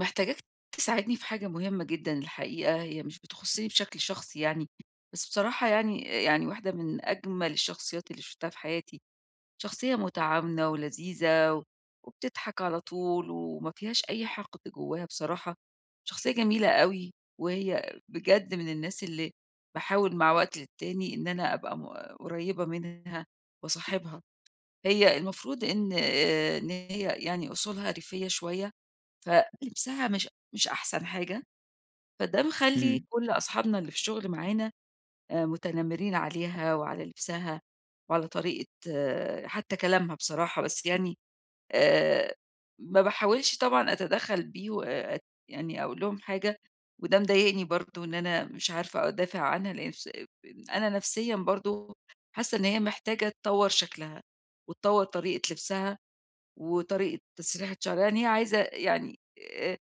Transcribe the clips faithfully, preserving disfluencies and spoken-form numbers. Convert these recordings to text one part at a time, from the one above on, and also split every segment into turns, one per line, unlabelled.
محتاجاك تساعدني في حاجة مهمة جدًا الحقيقة، هي مش بتخصّني بشكل شخصي يعني، بس بصراحة يعني يعني واحدة من أجمل الشخصيات اللي شُفتها في حياتي، شخصية متعاونة ولذيذة و وبتضحك على طول وما فيهاش أي حقد جواها بصراحة، شخصية جميلة أوي، وهي بجد من الناس اللي باحاول مع وقت للتاني إن أنا أبقى م قريّبة منها واصاحبها. هي المفروض إن آآ إن هي يعني أصولها ريفية شوية فلبسها مش مش أحسن حاجة، فده مخلّي
إمم،
كل أصحابنا اللي في الشغل معانا آآ متنمرين عليها وعلى لبسها وعلى طريقة آه، حتى كلامها بصراحة، بس يعني آآ ما باحاولش طبعًا أتدخّل بيه وأت يعني أقول لهم حاجة، وده مضايقني برضه إن أنا مش عارفة أدافع عنها، لإن فس أنا نفسيًا برضه حاسة إن هي محتاجة تطوّر شكلها وتطوّر طريقة لبسها وطريقة تسريحة شعرها، لإن هي عايزة يعني آه،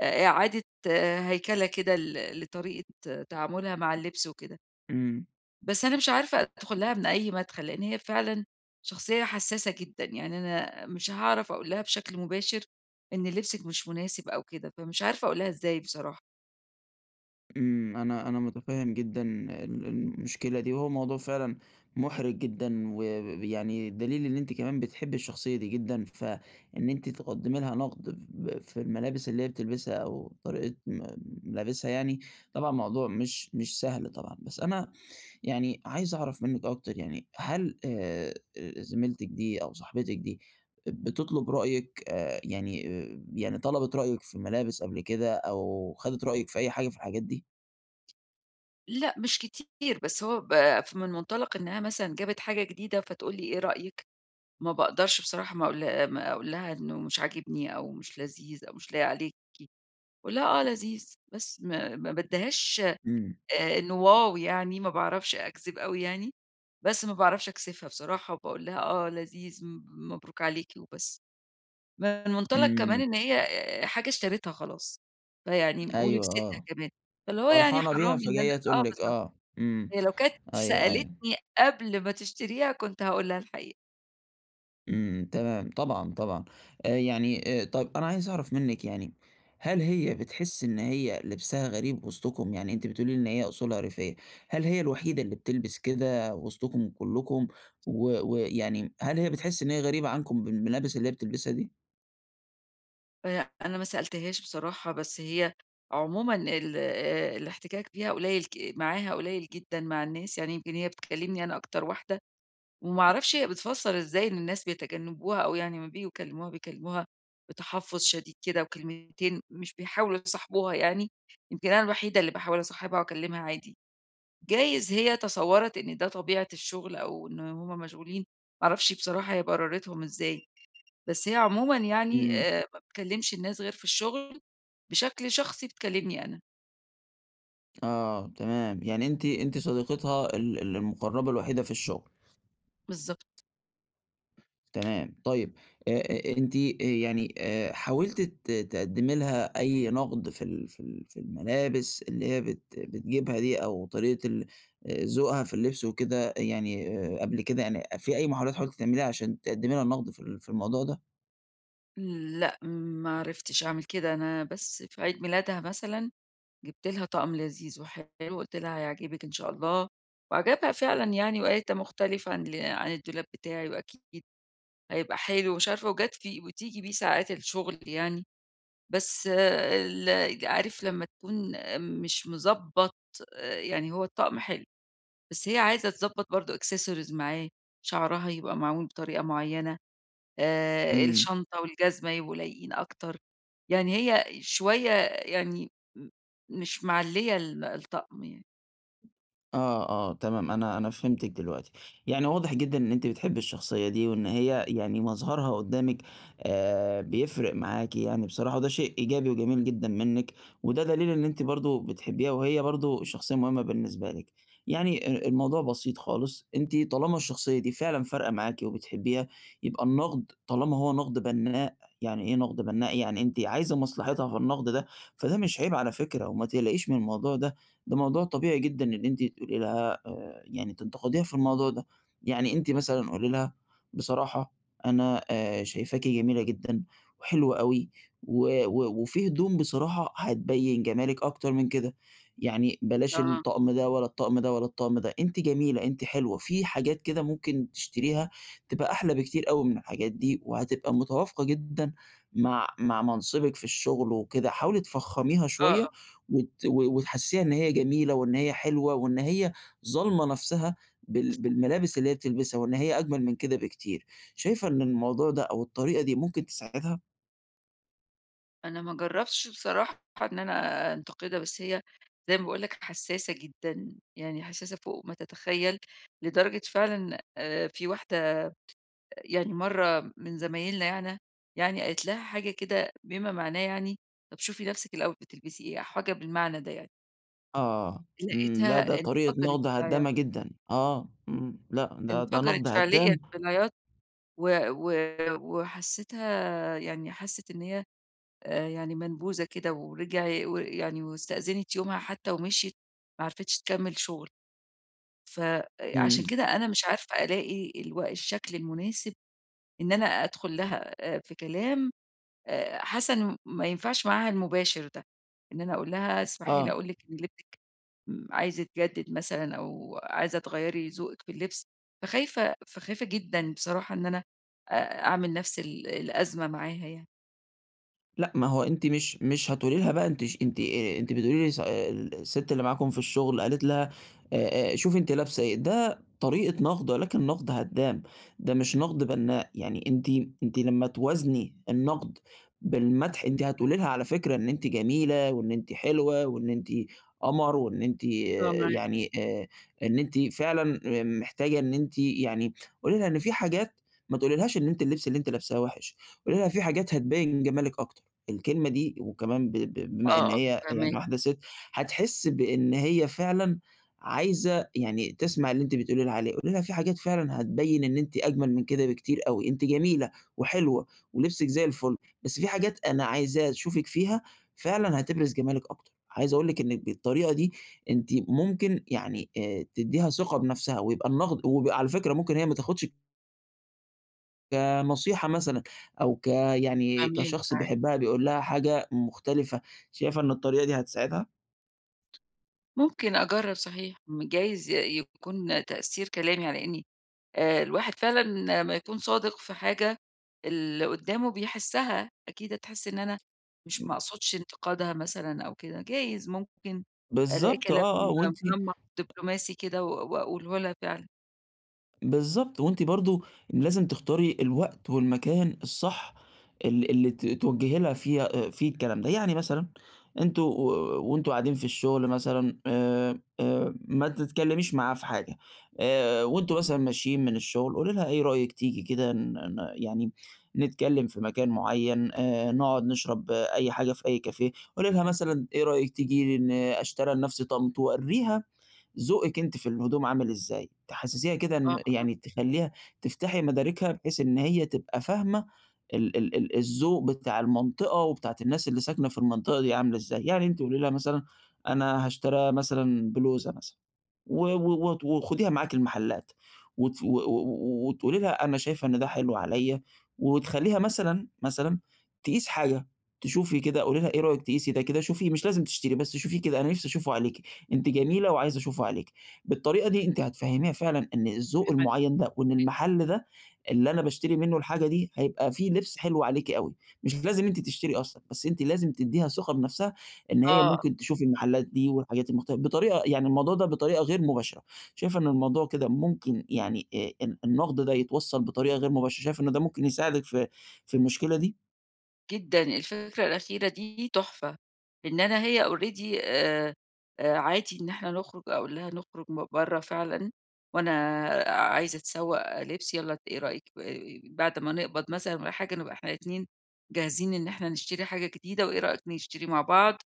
آآ إعادة آه، هيكلة كده ل لطريقة تعاملها مع اللبس وكده،
إمم،
بس أنا مش عارفة أدخل لها من أي مدخل، لإن هي فعلًا شخصية حساسة جدًا، يعني أنا مش هاعرف أقول لها بشكل مباشر إن لبسِك مش مناسب أو كده، فمش عارفة أقول لها إزاي بصراحة.
إمم، أنا أنا متفهم جدًا ال المشكلة دي، وهو موضوع فعلًا مُحرِج جدًا، ويعني دليل إن أنتِ كمان بتحبّي الشخصية دي جدًا، فإن أنتِ تقدّمي لها نقد ب في الملابس اللي هي بتلبسها أو طريقة م ملابسها يعني. طبعًا موضوع مش مش سهل طبعًا، بس أنا يعني عايز أعرف منِّك أكتر. يعني هل، آآ زميلتِك دي أو صاحبتِك دي بتطلب رأيِك، آآ يعني آآ يعني طلبِت رأيِك في الملابس قبل كده، أو خدِت رأيِك في أي حاجة في الحاجات دي؟
لأ مش كتير، بس هو ب من منطلق إنها مثلًا جابت حاجة جديدة فتقول لي إيه رأيِك، ما باقدرش بصراحة ما أقول ما أقول لها إنه مش عاجبني أو مش لذيذ أو مش لايق عليك، أقول لها آه لذيذ، بس ما ما بادّيهاش
إمم،
آآ إنه واو يعني ما باعرفش أكذب أوي يعني، بس ما باعرفش أكسفها بصراحة وباقول لها آه لذيذ، م مبروك عليكِ وبس. من منطلق كمان
إمم،
إن هي آآ حاجة اشتريتها خلاص، فيعني قولي
أيوه،
بستها
آه،
كمان، فاللي هو يعني
فرحانة
حرام
بيها
إن أنا
فجاية تقول
آه
لِك
بالضبط،
آه. إمم،
هي لو كانت
أيوه، أيوه.
سألتني قبل ما تشتريها كنت هاقول لها الحقيقة،
إمم، تمام، طبعًا، طبعًا. آآ يعني آآ طَب، أنا عايز أعرف منِّك، يعني هل هي بتحسّي إن هي لبسها غريب وسطكم؟ يعني أنتِ بتقولي لي إن هي أصولها ريفية. هل هي الوحيدة اللي بتلبس كده وسطكم كلّكم؟ و ويعني هل هي بتحس إن هي غريبة عنكم بالملابس اللي هي بتلبسها دي؟
فهي أنا ما سألتهاش بصراحة، بس هي عمومًا ال آآ الاحتكاك بيها قليل ك معاها قليل جدًا مع الناس، يعني يمكن هي بتكلمني أنا أكتر واحدة وما أعرفش هي بتفسّر إزاي إن الناس بيتجنّبوها أو يعني لمّا بييجوا يكلّموها بيكلّموها بتحفُّظ شديد كده وكلمتين، مش بيحاولوا يصاحبوها يعني، يمكن أنا الوحيدة اللي باحاول أصاحبها وأكلّمها عادي. جايز هي تصوّرت إن ده طبيعة الشغل أو إن هم مشغولين، ما أعرفش بصراحة هي برّرتهم إزاي، بس هي عمومًا يعني
إمم،
آآ ما بتكلّمش الناس غير في الشغل، بشكل شخصي بتكلّمني أنا،
آه، تمام. يعني أنتِ أنتِ صديقتها ال ال المُقرّبة الوحيدة في الشغل.
بالضبط.
تمام، طيب. آآ آآ أنتِ، آآ يعني آآ حاولتِ ت تقدّمي لها أي نقد في ال في ال في الملابس اللي هي بت بتجيبها دي، أو طريقة ال آآ ذوقها في اللبس وكده. يعني آآ قبل كده، يعني في أي محاولات حاولتِ تعمليها عشان تقدّمي لها النقد في ال في الموضوع ده؟
لأ، ما عرفتش أعمل كده، أنا بس في عيد ميلادها مثلًا جِبت لها طقم لذيذ وحلو، قُلت لها هيعجبِك إن شاء الله، وعجبها فعلًا يعني وقالت ده مختلف عن ال عن الدولاب بتاعي وأكيد هيبقى حلو ومش عارفة، وجات في وتيجي بيه ساعات الشغل يعني، بس آه، ال عارف لمّا تكون آه، مش مضبّط آآ، يعني هو الطقم حلو، بس هي عايزة تضبّط برضه accessories معاه، شعرها يبقى معمول بطريقة معيّنة، آآ
إمم.
الشنطة والجزمة يبقوا لايقين أكتر، يعني هي شوية يعني م مش معلية ال الطقم يعني.
آه، آه، تمام، أنا أنا فهمتِك دلوقتي. يعني واضح جدًا إن أنتِ بتحبّي الشخصية دي، وإن هي يعني مظهرها قدّامِك، آآ، بيفرق معاكِ يعني بصراحة، وده شيء إيجابي وجميل جدًا منِّك، وده دليل إن أنتِ برضه بتحبّيها، وهي برضه شخصية مهمة بالنسبة لِك. يعني ال الموضوع بسيط خالص. أنتِ طالما الشخصية دي فعلًا فارقة معاكِ وبتحبّيها، يبقى النقد طالما هو نقد بنّاء. يعني إيه نقد بنّاء؟ يعني أنتِ عايزة مصلحتها في النقد ده، فده مش عيب على فكرة، وما تقلقيش من الموضوع ده. ده موضوع طبيعي جدًا إن أنتِ تقولي لها، آآ يعني تنتقديها في الموضوع ده. يعني أنتِ مثلًا قولي لها بصراحة: أنا آآ شايفاكِ جميلة جدًا وحلوة أوي، و و وفي هدوم بصراحة هتبيّن جمالِك أكتر من كده. يعني بلاش
آه،
الطقم ده ولا الطقم ده ولا الطقم ده، أنتِ جميلة، أنتِ حلوة، في حاجات كده ممكن تشتريها تبقى أحلى بكتير أوي من الحاجات دي، وهتبقى متوافقة جدًا مع مع منصبِك في الشغل وكده. حاولي تفخّميها
آه، آه،
شوية، وت و وتحسّسيها إن هي جميلة وإن هي حلوة وإن هي ظالمة نَفْسها بال بالملابس اللي هي بتلبسها، وإن هي أجمل من كده بكتير. شايفة إن الموضوع ده أو الطريقة دي ممكن تساعدها؟
أنا ما جربتش بصراحة إن أنا أنتقدها، بس هي زي ما باقول لك حساسة جدًا، يعني حساسة فوق ما تتخيل، لدرجة فعلًا آآ في واحدة يعني مرة من زمايلنا يعن يعني قالت لها حاجة كده بما معناه يعني طب شوفي نفسِك الأول بتلبسي إيه، حاجة بالمعنى ده يعني،
آه. إمم.
لقيتها
لا، ده طريقة
انفجرت
نقد هدّامة جدًا. آه. إمم. لأ، ده ده
انفجرت
نقد
فعليًا
هدّام.
بالعياط و و وحسّيتها يعني حسّت إن هي آآ يعني منبوذة كده ورجع ويعني واستأذنت يومها حتى ومشيت، ما عرفتش تكمّل شغل. فعشان
إمم.
كده أنا مش عارفة ألاقي الو الشكل المناسب إن أنا أدخل لها آآ في كلام آآ حاسة إنه ما ينفعش معاها المباشر ده، إن أنا أقول لها اسمحي لي
آه.
أقول لِك إن اللي ابنِك امم، عايزة تجدد مثلًا أو عايزة تغيّري ذوقِك في اللبس، فخايفة فخايفة جدًا بصراحة إن أنا آآ أعمل نفس ال الأزمة معاها يعني.
لأ، ما هو أنتِ مش مش هتقولي لها بقى أنتِ، ش أنتِ، آآ، أنتِ بتقولي لي، ص اه، السِت اللي معاكم في الشغل قالت لها، آآ آآ، شوفي أنتِ لابسة إيه. ده طريقة نقد ولكن نقد هدّام، ده مش نقد بنّاء. يعني أنتِ أنتِ لمّا توازني النقد بالمدح، أنتِ هتقولي لها على فكرة إن أنتِ جميلة وإن أنتِ حلوة وإن أنتِ قمر وإن أنتِ اه،
فاهماك،
يعني آآ، إن أنتِ فعلًا اه، محتاجة، إن أنتِ يعني قولي لها إن في حاجات، ما تقوليلهاش إن أنتِ اللبس اللي أنتِ لابساه وِحِش، قولي لها في حاجات هتبيّن جمالِك أكتر. الكلمة دي، وكمان ب ب بما إن
آه، آه،
هي يعني
فاهماك،
واحدة ست، هتحس بإن هي فعلًا عايزة يعني تسمع اللي أنتِ بتقولي لها عليه. قولي لها في حاجات فعلًا هتبيّن إن أنتِ أجمل من كده بكتير أوي، أنتِ جميلة وحلوة ولبسِك زي الفل، بس في حاجات أنا عايزاه أشوفِك فيها فعلًا هتبرز جمالِك أكتر. عايز أقول لِك إنِّك بالطريقة دي أنتِ ممكن يعني آآ تدّيها ثقة بنفسها، ويبقى النقد. وعلى فكرة ممكن هي ما تاخدش كنصيحة مثلًا، أو ك يعني
فاهماك
كشخص
صحيح.
بيحبها بيقول لها حاجة مختلفة. شايفة إن الطريقة دي هتساعدها؟
ممكن أجرّب صحيح، م جايز ي يكون تأثير كلامي على إني آآ الواحد فعلًا لمّا يكون صادق في حاجة، اللي قدّامه بيحسّها، أكيد هتحس إن أنا مش ما أقصدش انتقادها مثلًا أو كده، جايز ممكن ألاقي
بالضبط،
كلام
آه، آه، وأنتِ.
منمّق دبلوماسي كده و وأقوله لها فعلًا.
بالضبط، وأنتِ برضه لازم تختاري الوقت والمكان الصح، ال اللي ت توجّهي لها فيها فيه الكلام ده. يعني مثلًا أنتم و وأنتم قاعدين في الشغل مثلًا، آآ، آآ، ما تتكلميش معاه في حاجة. آآ، وأنتم مثلًا ماشيين من الشغل، قولي لها إيه رأيِك تيجي كده، ن ن يعني نتكلم في مكان معيّن، آآ، نقعد نشرب آه، أي حاجة في أي كافيه. قولي لها مثلًا إيه رأيِك تيجي ن أشتري لنفسي طقم، تورّيها ذوقِك أنتِ في الهدوم عامل إزاي، تحسّسيها كده
آه،
إن يعني تخلّيها تفتحي مداركها، بحيث إن هي تبقى فاهمة ال ال ال الذوق بتاع المنطقة وبتاعة الناس اللي ساكنة في المنطقة دي عاملة إزاي. يعني أنتِ قولي لها مثلًا أنا هاشتري مثلًا بلوزة مثلًا، و و وت وخديها معاكِ المحلات، وت و و وتقولي لها أنا شايفة إن ده حلو عليَّ، وتخلّيها مثلًا، مثلًا تقيس حاجة، تشوفي كده. قولي لها إيه رأيِك تقيسي ده كده، شوفي مش لازم تشتري، بس شوفيه كده، أنا نِفْسي أشوفه عليكِ. أنتِ جميلة وعايز أشوفه عليكِ. بالطريقة دي أنتِ هتفهّميها فعلًا إن الذوق
يعني
المعيّن ده، وإن المحل ده اللي أنا باشتري منه الحاجة دي هيبقى فيه لبس حلو عليكِ أوي. مش لازم أنتِ تشتري أصلًا، بس أنتِ لازم تدّيها ثقة بنفسها إن هي
آه.
ممكن تشوف المحلات دي والحاجات المختلفة بطريقة، يعني الموضوع ده بطريقة غير مباشرة. شايفة إن الموضوع كده ممكن يعني، آآ ال النقد ده يتوصّل بطريقة غير مباشرة. شايفة إن ده ممكن يساعدِك في في المشكلة دي؟
جدًا، الفكرة الأخيرة دي تحفة، إن أنا هي already آآ، آآ، عادي إن إحنا نخرج، أقول لها نخرج م برّه فعلًا، وأنا عايزة أتسوق لبس، يالّا إيه رأيِك آآ، بعد ما نقبض مثلًا والّا حاجة نبقى إحنا الاتنين جاهزين إن إحنا نشتري حاجة جديدة، وإيه رأيِك نشتري مع بعض؟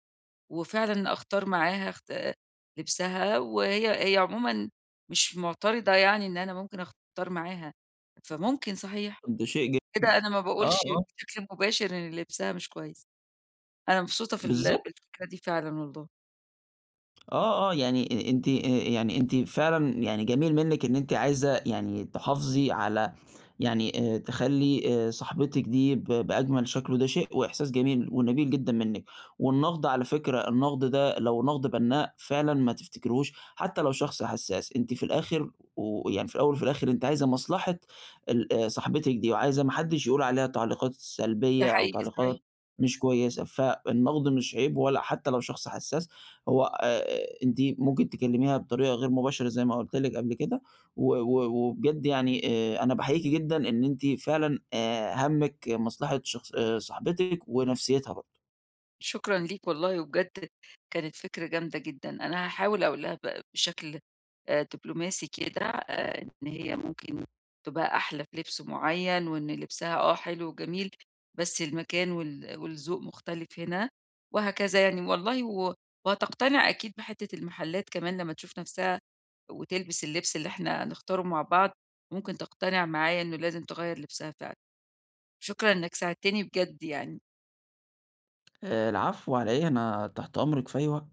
وفعلًا أختار معاها اخت لبسها، وهي هي عمومًا مش معترضة يعني إن أنا ممكن أختار معاها، فممكن صحيح
ده شيء جميل.
كده أنا ما
آه،
باقولش
آه،
بشكل مباشر إن لبسها مش كويس، أنا مبسوطة في ال
بالضبط.
بالفكرة دي فعلًا والله،
آه، آه، يعني أنتِ، آآ يعني أنتِ فعلًا يعني جميل منِّك إن أنتِ عايزة يعني تحافظي على، يعني آآ تخلّي آآ صاحبتِك دي ب بأجمل شكل، وده شيء وإحساس جميل ونبيل جدًا منِّك. والنقد على فكرة، النقد ده لو نقد بنّاء فعلًا ما تفتكريهوش، حتى لو شخص حساس. أنتِ في الآخر، ويعني في الأول وفي الآخر، أنتِ عايزة مصلحة ال آآ صاحبتِك دي، وعايزة ما حدّش يقول عليها تعليقات
ده
سلبية أو
حقيقي صحيح.
تعليقات مش كويسة. فالنقد مش عيب ولا حتى لو شخص حساس، هو آآ أنتِ ممكن تكلميها بطريقة غير مباشرة زي ما قُلت لِك قبل كده. و و وبجد يعني آآ أنا باحييكِ جدًا إن أنتِ فعلًا، آآ هَمِّك مصلحة شخص، آآ صاحبتِك ونفسيتها برضه.
شكرًا ليك والله، وبجد كانت فكرة جامدة جدًا، أنا هاحاول أقول لها ب بشكل آآ دبلوماسي كده آآ إن هي ممكن تبقى أحلى في لبس معيّن، وإن لبسها آه حلو وجميل، بس المكان وال والذوق مختلف هنا، وهكذا يعني والله و وهتقتنع أكيد بحتّة المحلات كمان لمّا تشوف نَفْسها وتلبس اللبس اللي إحنا هنختاره مع بعض، ممكن تقتنع معايا إنه لازم تغيّر لبسها فعلًا. شكرًا إنك ساعدتني بجد يعني.
آآ العفو على إيه، أنا تحت أمرِك في أي وقت.